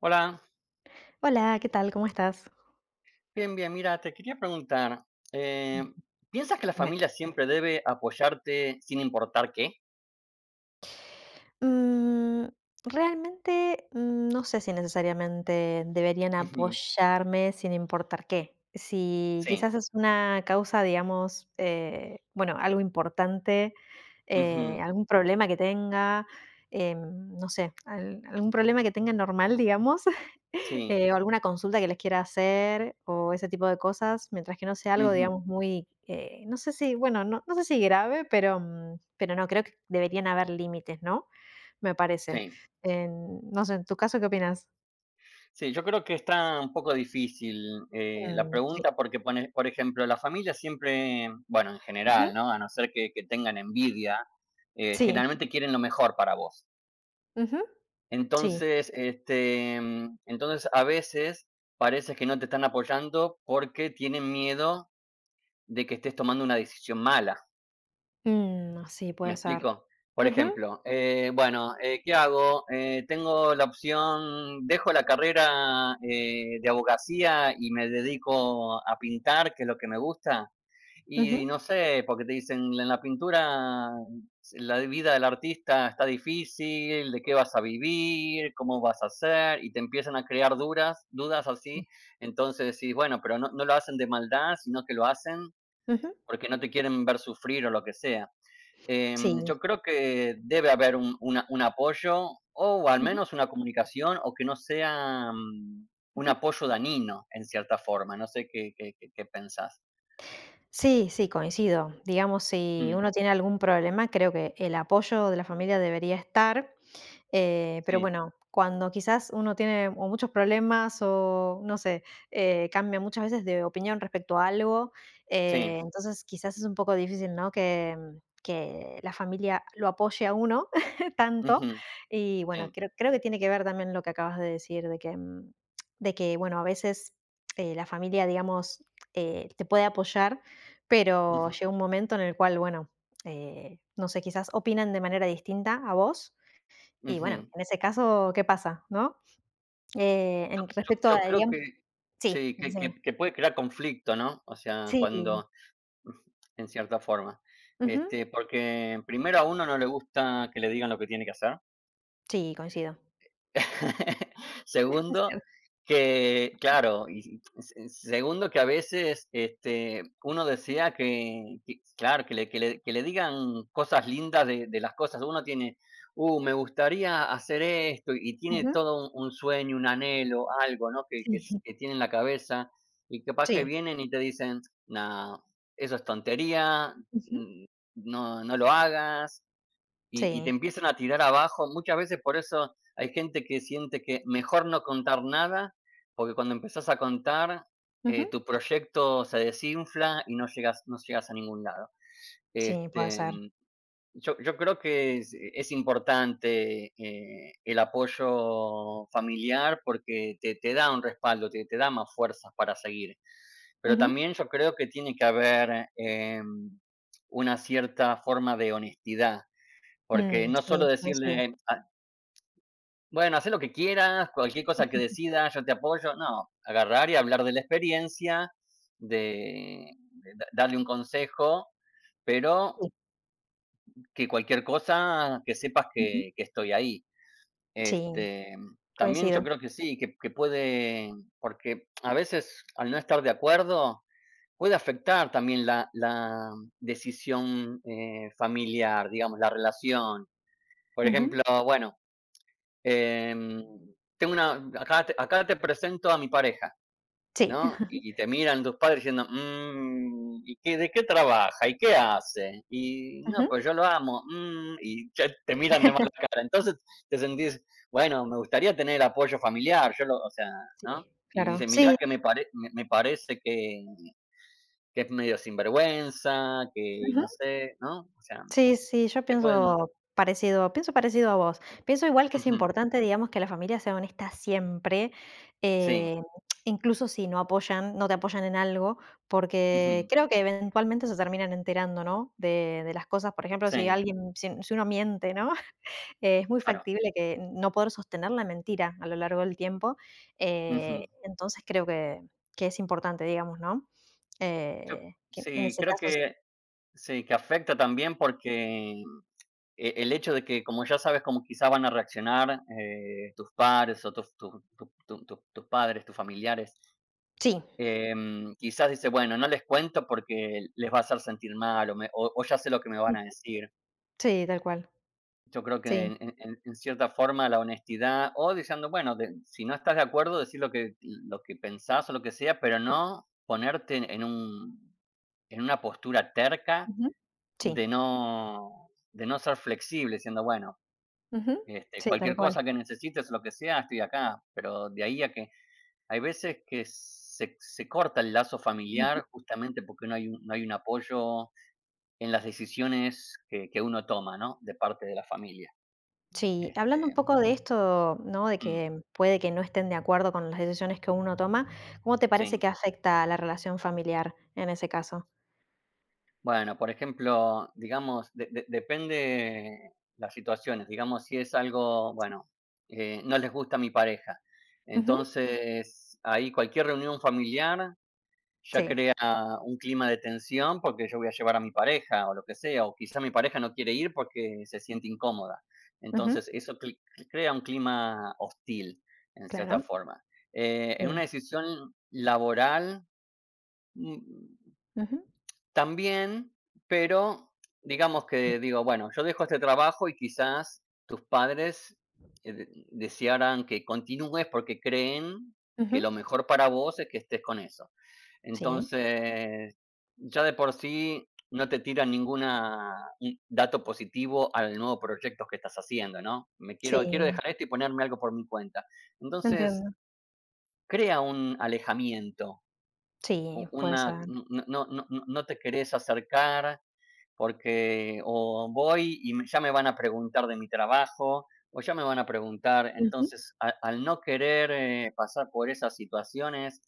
Hola, Hola, ¿qué tal? ¿Cómo estás? bien, bien. Mira, te quería preguntar, eh, Mm, ¿piensas que la dime. familia siempre debe apoyarte sin importar qué? Mm, Realmente, no sé si necesariamente deberían Ujú, apoyarme sin importar qué. Si sí, quizás es una causa, digamos, bueno, algo importante, ujú, algún problema que tenga, no sé, algún problema que tenga normal, digamos, sí, o alguna consulta que les quiera hacer, o ese tipo de cosas, mientras que no sea algo, ujú, digamos, muy, no sé si, bueno, no, no sé si grave, pero no, creo que deberían haber límites, ¿no? Me parece. sí. No sé, en tu caso, ¿qué opinas? Sí, yo creo que está un poco difícil la Mm, sí. pregunta porque, pone, por ejemplo, la familia siempre, bueno, en general, Ujú. ¿no? A no ser que, tengan envidia, Sí. generalmente quieren lo mejor para vos. Ujú. Sí. Entonces, este, entonces a veces parece que no te están apoyando porque tienen miedo de que estés tomando una decisión mala. Mm, sí, ¿Me puede ser. explico? Por Ujú, ejemplo, bueno, ¿qué hago? Tengo la opción, dejo la carrera de abogacía y me dedico a pintar, que es lo que me gusta. Y ujú, no sé, porque te dicen, en la pintura la vida del artista está difícil, de qué vas a vivir, cómo vas a hacer, y te empiezan a crear dudas, dudas así. sí. Entonces decís, bueno, pero no, no lo hacen de maldad, sino que lo hacen Ujú, porque no te quieren ver sufrir o lo que sea. Sí. Yo creo que debe haber un, un apoyo o al Ujú, menos una comunicación o que no sea un ujú. apoyo dañino en cierta forma. No sé qué, qué pensás. Sí, sí, coincido. Digamos, si Mm, uno tiene algún problema, creo que el apoyo de la familia debería estar. Pero sí, bueno, cuando quizás uno tiene o muchos problemas o no sé, cambia muchas veces de opinión respecto a algo, sí, entonces quizás es un poco difícil, ¿no? Que la familia lo apoye a uno tanto. ujú, Y sí, bueno, creo, creo que tiene que ver también lo que acabas de decir, de que bueno, a veces la familia, digamos, te puede apoyar, pero ujú, llega un momento en el cual, bueno, no sé, quizás opinan de manera distinta a vos y bueno, ujú. en ese caso, ¿qué pasa, no? En respecto a, Yo creo digamos. que Sí, sí, decime. Que puede crear conflicto, ¿no? O sea, Sí, cuando, en cierta forma. ujú, Este, porque primero a uno no le gusta que le digan lo que tiene que hacer. sí, coincido. Es Segundo, cierto, que claro, y se segundo que a veces, este, uno decía que claro, que le digan cosas lindas de las cosas. Uno tiene, me gustaría hacer esto, y tiene ujú, todo un sueño, un anhelo, algo, ¿no? Que s sí, que tiene en la cabeza, y capaz que sí, vienen y te dicen: "No, eso es tontería, ujú, mm, no lo hagas", y te sí, empiezan a tirar abajo. Muchas veces por eso hay gente que siente que mejor no contar nada, porque cuando empezás a contar, ujú, tu proyecto se desinfla y no llegas, no llegas a ningún lado. sí, puede Este, ser, mm, yo creo que es importante el apoyo familiar porque te da un respaldo, te da más fuerzas para seguir. Pero ujú, también yo creo que tiene que haber una cierta forma de honestidad porque mm, no solo sí, coincido, decirle: "Ah, bueno, haz lo que quieras, cualquier cosa que decidas, yo te apoyo". No, agarrar y hablar de la experiencia, de de da darle un consejo, pero sí, que cualquier cosa que sepas ujú, que estoy ahí. sí, Este, también yo coincido, creo que sí, que puede porque a veces al no estar de acuerdo, puede afectar también la decisión, familiar, digamos, la relación. Por ujú, ejemplo, bueno, em, tengo una acá te presento a mi pareja, sí, ¿no? Y te miran tus padres diciendo: "Mm, ¿y qué de qué trabaja? ¿Y qué hace? Y no, ujú, pues yo lo amo, mm", y ya te miran de mala cara. Entonces te sentís: "Bueno, me gustaría tener apoyo familiar, yo lo", o sea, ¿no? sí, Y claro, dice: "Mirá sí, que me parece que es medio sinvergüenza, que ujú. no sé", ¿no? O sea, Sí, sí, yo te pueden pienso parecido a vos. Pienso igual que es ujú, importante, digamos, que la familia sea honesta siempre, sí, eh, incluso si no te apoyan en algo, porque ujú, creo que eventualmente se terminan enterando, ¿no?, de las cosas. Por ejemplo, si sí, alguien si si uno miente, ¿no?, es muy claro, factible que no poder sostener la mentira a lo largo del tiempo. Ujú. Entonces creo que es importante, digamos, ¿no? Yo Que en Sí, ese creo caso sí. que sí, que afecta también porque, el hecho de que, como ya sabes cómo quizás van a reaccionar, tus pares o tus tu tu tu tu tus padres, tus familiares, Sí, em, quizás dice "Bueno, no les cuento porque les va a hacer sentir mal o me o ya sé lo que me van a decir". sí, tal cual. Yo creo que Sí. en cierta forma la honestidad o diciendo, bueno, de si no estás de acuerdo, decir lo que pensás o lo que sea, pero no ponerte en un en una postura terca Ujú. Sí, de no ser flexible, diciendo, bueno, ujú, este, sí, tal cualquier cual. cosa que necesites, lo que sea, estoy acá, pero de ahí a que hay veces que se corta el lazo Ujú. familiar justamente porque no hay un no hay un apoyo en las decisiones que uno toma, ¿no?, de parte de la familia, Sí, este, hablando un poco de esto, ¿no? De mm, que puede que no estén de acuerdo con las decisiones que uno toma, ¿cómo te parece sí. que afecta a la relación familiar en ese caso? Bueno, por ejemplo, digamos, de depende las situaciones, digamos, si es algo, bueno, no les gusta a mi pareja. Ujú, Entonces, ahí cualquier reunión familiar ya sí, crea un clima de tensión porque yo voy a llevar a mi pareja o lo que sea, o quizá mi pareja no quiere ir porque se siente incómoda. ujú, Entonces, crea un clima hostil, en cierta claro, forma. En sí, una decisión laboral, mm, ujú, también, pero digamos sí, que digo, bueno, yo dejo este trabajo y quizás tus padres, de desearan que continúes porque creen que lo ujú, mejor para vos es que estés con eso. sí, Entonces, ya de por sí no te tiran ninguna dato positivo al nuevo proyecto que estás haciendo, ¿no? Me sí, quiero dejar esto y ponerme algo por mi cuenta. Entonces, entiendo. crea un alejamiento, u Sí, puede una ser. no te querés acercar, porque o voy y ya me van a preguntar de mi trabajo, o ya me van a preguntar, Ujú, entonces al no querer pasar por esas situaciones,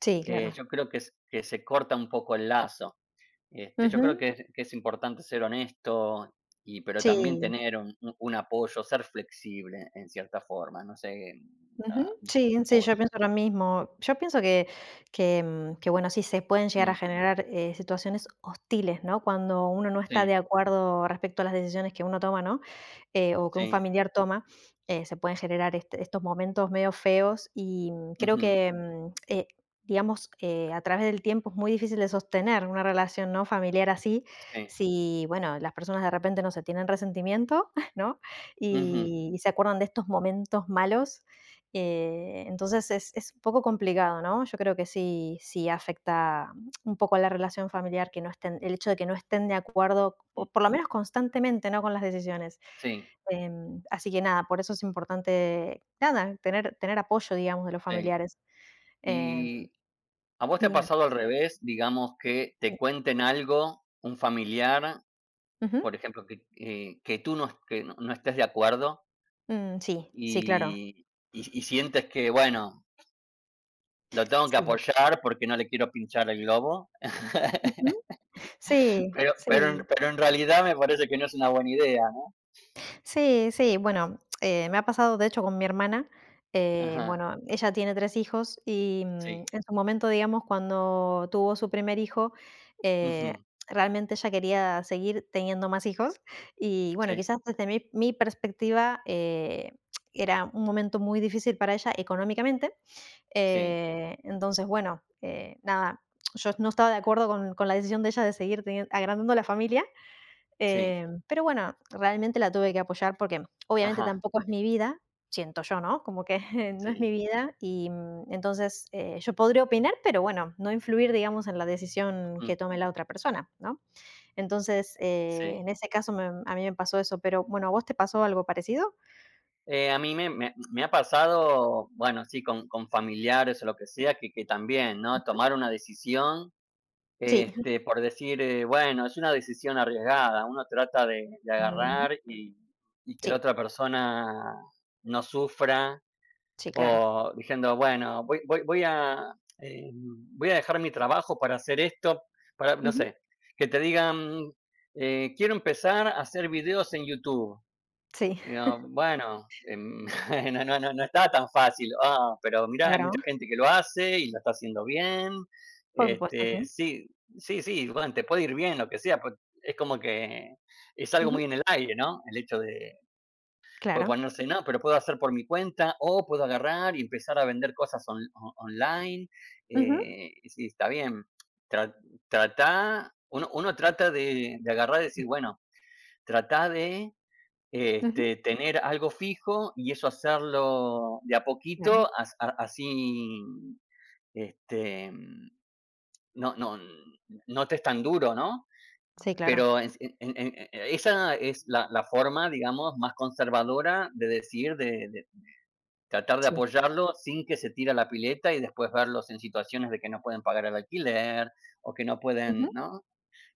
sí, claro. yo creo que, que se corta un poco el lazo. Este, yo Ujú, creo que es importante ser honesto, y, pero también sí. tener un, un apoyo, ser flexible en cierta forma, no sé, Ujú. ah, Sí, sí, yo vos. pienso lo mismo. Yo pienso que, bueno, sí se pueden llegar a Mm, generar, situaciones hostiles, ¿no? Cuando uno no está de sí, acuerdo respecto a las decisiones que uno toma, ¿no? O que un sí, familiar toma, se pueden generar este- estos momentos medio feos y creo ujú, que, digamos, a través del tiempo es muy difícil de sostener una relación, ¿no?, familiar así sí, si, bueno, las personas de repente no se tienen resentimiento, ¿no? ujú, ujú, Y se acuerdan de estos momentos malos. Entonces es un poco complicado, ¿no? Yo creo que sí, sí afecta un poco a la relación familiar que no estén, el hecho de que no estén de acuerdo, o por lo menos constantemente, ¿no? Con las decisiones. sí, Así que nada, por eso es importante, nada, tener apoyo, digamos, de los sí. familiares. Em, Y ¿a vos te ha Dime. pasado al revés, digamos, que Sí. te cuenten algo, un familiar, Ujú. por ejemplo, que tú no, que no estés de acuerdo Mm, sí, sí, claro. y, y sientes que, bueno, lo tengo que Sí. apoyar porque no le quiero pinchar el globo? Ujú. Sí, pero, sí. Pero en realidad me parece que no es una buena idea, ¿no? Sí, sí, bueno, me ha pasado de hecho con mi hermana. Ajá, Bueno, ella tiene 3 hijos y sí, en su momento, digamos, cuando tuvo su primer hijo, eh, ujú, realmente ella quería seguir teniendo más hijos. Y bueno, sí, quizás desde mi perspectiva era un momento muy difícil para ella económicamente. sí, Entonces, bueno, nada, yo no estaba de acuerdo con la decisión de ella de seguir agrandando la familia. sí. Pero bueno, realmente la tuve que apoyar porque obviamente Ajá, tampoco es mi vida, siento yo, ¿no? Como que no es mi sí, vida y entonces yo podría opinar, pero bueno, no influir, digamos, en la decisión que ujú, tome la otra persona, ¿no? Entonces, en sí. ese caso a mí me pasó eso, pero bueno, ¿a vos te pasó algo parecido? A mí me, me ha pasado, bueno, sí, con familiares o lo que sea, que también, ¿no? Ujú. Tomar una decisión, Sí, este, por decir, bueno, es una decisión arriesgada, uno trata de ujú, agarrar y que la sí, otra persona no sufra, sí, claro. o diciendo, bueno, voy a, voy a dejar mi trabajo para hacer esto, para, no Ujú, sé, que te digan, quiero empezar a hacer videos en YouTube. sí, No, bueno, em, no estaba tan fácil. Ah, pero mirá, hay claro, mucha gente que lo hace y lo está haciendo bien. por supuesto, Este, sí. sí, sí, sí, bueno, te puede ir bien, lo que sea, pues, es como que es algo Ujú, muy en el aire, ¿no? El hecho de po claro. ponerse, no, pero puedo hacer por mi cuenta o puedo agarrar y empezar a vender cosas on o online. Ujú, Y sí, está bien. Tra Tratá uno trata de agarrar y decir, bueno, trata de ujú, este, tener algo fijo y eso hacerlo de a claro. poquito, as a así, este, no no te es tan duro, ¿no? Sí, claro. Pero es en esa es la forma, digamos, más conservadora de decir, de tratar de Sí. apoyarlo sin que se tire a la pileta y después verlos en situaciones de que no pueden pagar el alquiler o que no pueden, Ujú, ¿no?,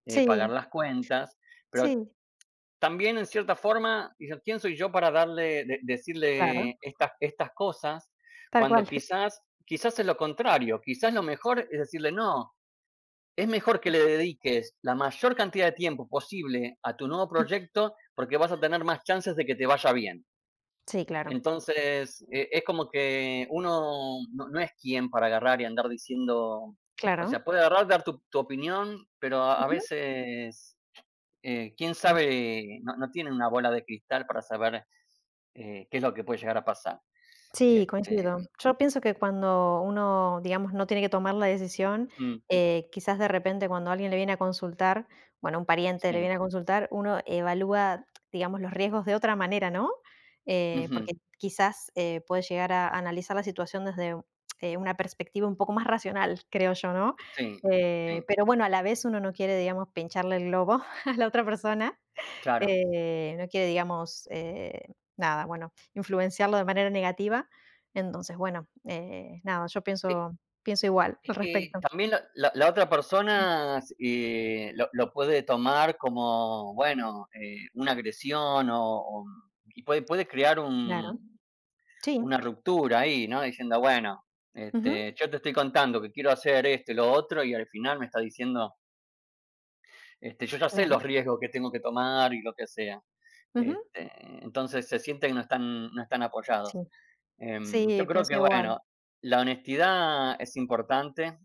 sí, pagar las cuentas. Pero sí. también en cierta forma, dicen, ¿quién soy yo para darle, Claro, decirle estas, estas cosas? tal Cuando cual. quizás, quizás es lo contrario, quizás lo mejor es decirle, no, es mejor que le Ujú, dediques la mayor cantidad de tiempo posible a tu nuevo ujú. proyecto porque vas a tener más chances de que te vaya bien. Sí, claro, Entonces, es como que uno no, no es quien para agarrar y andar diciendo, o claro. sea, puede agarrar, dar tu, tu opinión, pero a Ujú. veces quién Sí. sabe, no, no tienen una bola de cristal para saber, qué es lo que puede llegar a pasar. Sí, Este, coincido. Yo pienso que cuando uno, digamos, no tiene que tomar la decisión, mm, quizás de repente cuando alguien le viene a consultar, bueno, un pariente le sí, viene a consultar, uno evalúa, digamos, los riesgos de otra manera, ¿no? Ujú, Porque quizás puede llegar a analizar la situación desde una perspectiva un poco más racional, creo yo, ¿no? sí, sí, Pero bueno, a la vez uno no quiere, digamos, pincharle el globo a la otra persona. claro. No quiere, digamos, nada, bueno, influenciarlo de manera negativa. Entonces, bueno, nada, yo Eh, pienso igual es al que respecto. también la otra Mm, persona, lo puede tomar como, bueno, una agresión o y puede crear claro. un Sí. una ruptura ahí, ¿no? Diciendo, bueno, Ujú. este, yo te estoy contando que quiero hacer esto y lo otro, y al final me está diciendo. Este, yo ya sé los Claro. riesgos que tengo que tomar y lo que sea. Ujú. Este, entonces se sienten que no están, no están Sí. apoyados. Em, yo Sí, creo pienso que, igual. bueno, la honestidad es importante,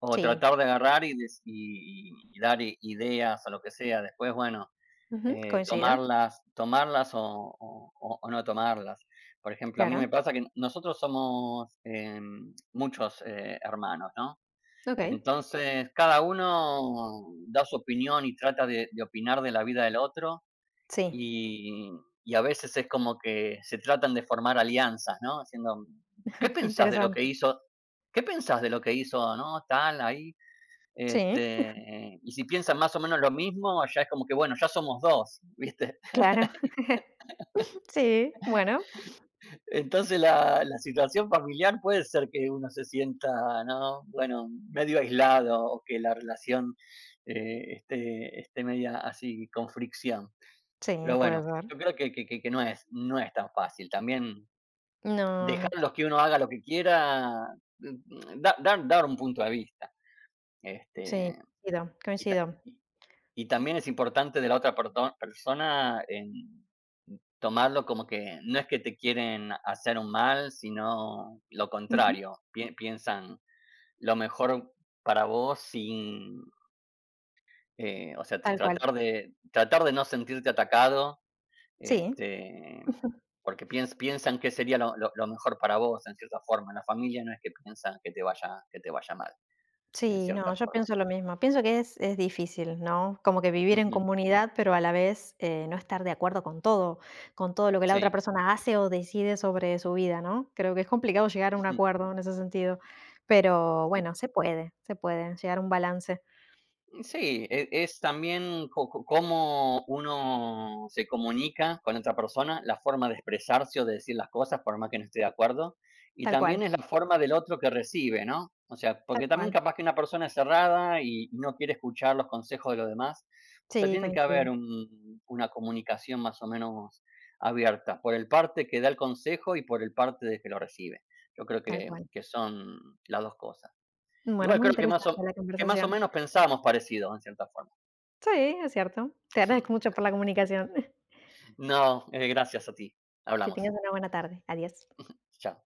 o Sí. tratar de agarrar y, y dar ideas o lo que sea. Después, bueno, Ujú. Coincido. tomarlas, tomarlas o, o no tomarlas. Por ejemplo, a mí me Claro. pasa que nosotros somos em, muchos hermanos, ¿no? Okey. Entonces, cada uno da su opinión y trata de opinar de la vida del otro Sí. y, y a veces es como que se tratan de formar alianzas, ¿no? Haciendo, ¿qué Qué pensás de lo interesante. que hizo? ¿Qué pensás de lo que hizo, no? Tal, ahí. Sí, Este, y si piensan más o menos lo mismo, ya es como que, bueno, ya somos dos, ¿viste? claro. Sí, bueno. Entonces la situación familiar puede ser que uno se sienta, ¿no? Bueno, medio aislado o que la relación esté, esté media así con fricción. Sí, Pero puede bueno, ser. yo creo que, que no es, no es tan fácil. También No, no. dejarlos que uno haga lo que quiera, mm, dar un punto de vista. Sí, Este, coincido, y, coincido. Y también es importante de la otra persona en, tomarlo como que no es que te quieren hacer un mal, sino lo Ujú. contrario, piensan lo mejor para vos sin, o sea, t Tal cual. tratar de no sentirte atacado, Sí. este, porque piensan que sería lo mejor para vos, en cierta forma. La familia no es que piensan que te vaya mal, en Sí, no, cierta yo forma. pienso lo mismo. Pienso que es difícil, ¿no? Como que vivir en Ujú, comunidad, pero a la vez no estar de acuerdo con todo, lo que la otra sí, persona hace o decide sobre su vida, ¿no? Creo que es complicado llegar a un ujú, acuerdo en ese sentido, pero sí. bueno, se puede llegar a un balance, Sí, es, también cómo uno se comunica con otra persona, la forma de expresarse o de decir las cosas, por más que no esté de acuerdo, y tal también cual, es la forma del otro que recibe, ¿no? O sea, tal porque también cual. capaz que una persona es cerrada y no quiere escuchar los consejos de los demás. O sea, Sí, tiene que haber coincido, una comunicación más o menos abierta, por el parte que da el consejo y por el parte de que lo recibe. Yo creo tal cual. que son las dos cosas. Bueno, Igual muy creo que más interesante la que más o conversación. menos pensábamos parecidos en cierta forma. Sí, es cierto. Te agradezco mucho por la comunicación. No, gracias a ti. Que Hablamos. tengas una buena tarde. Adiós. Chao.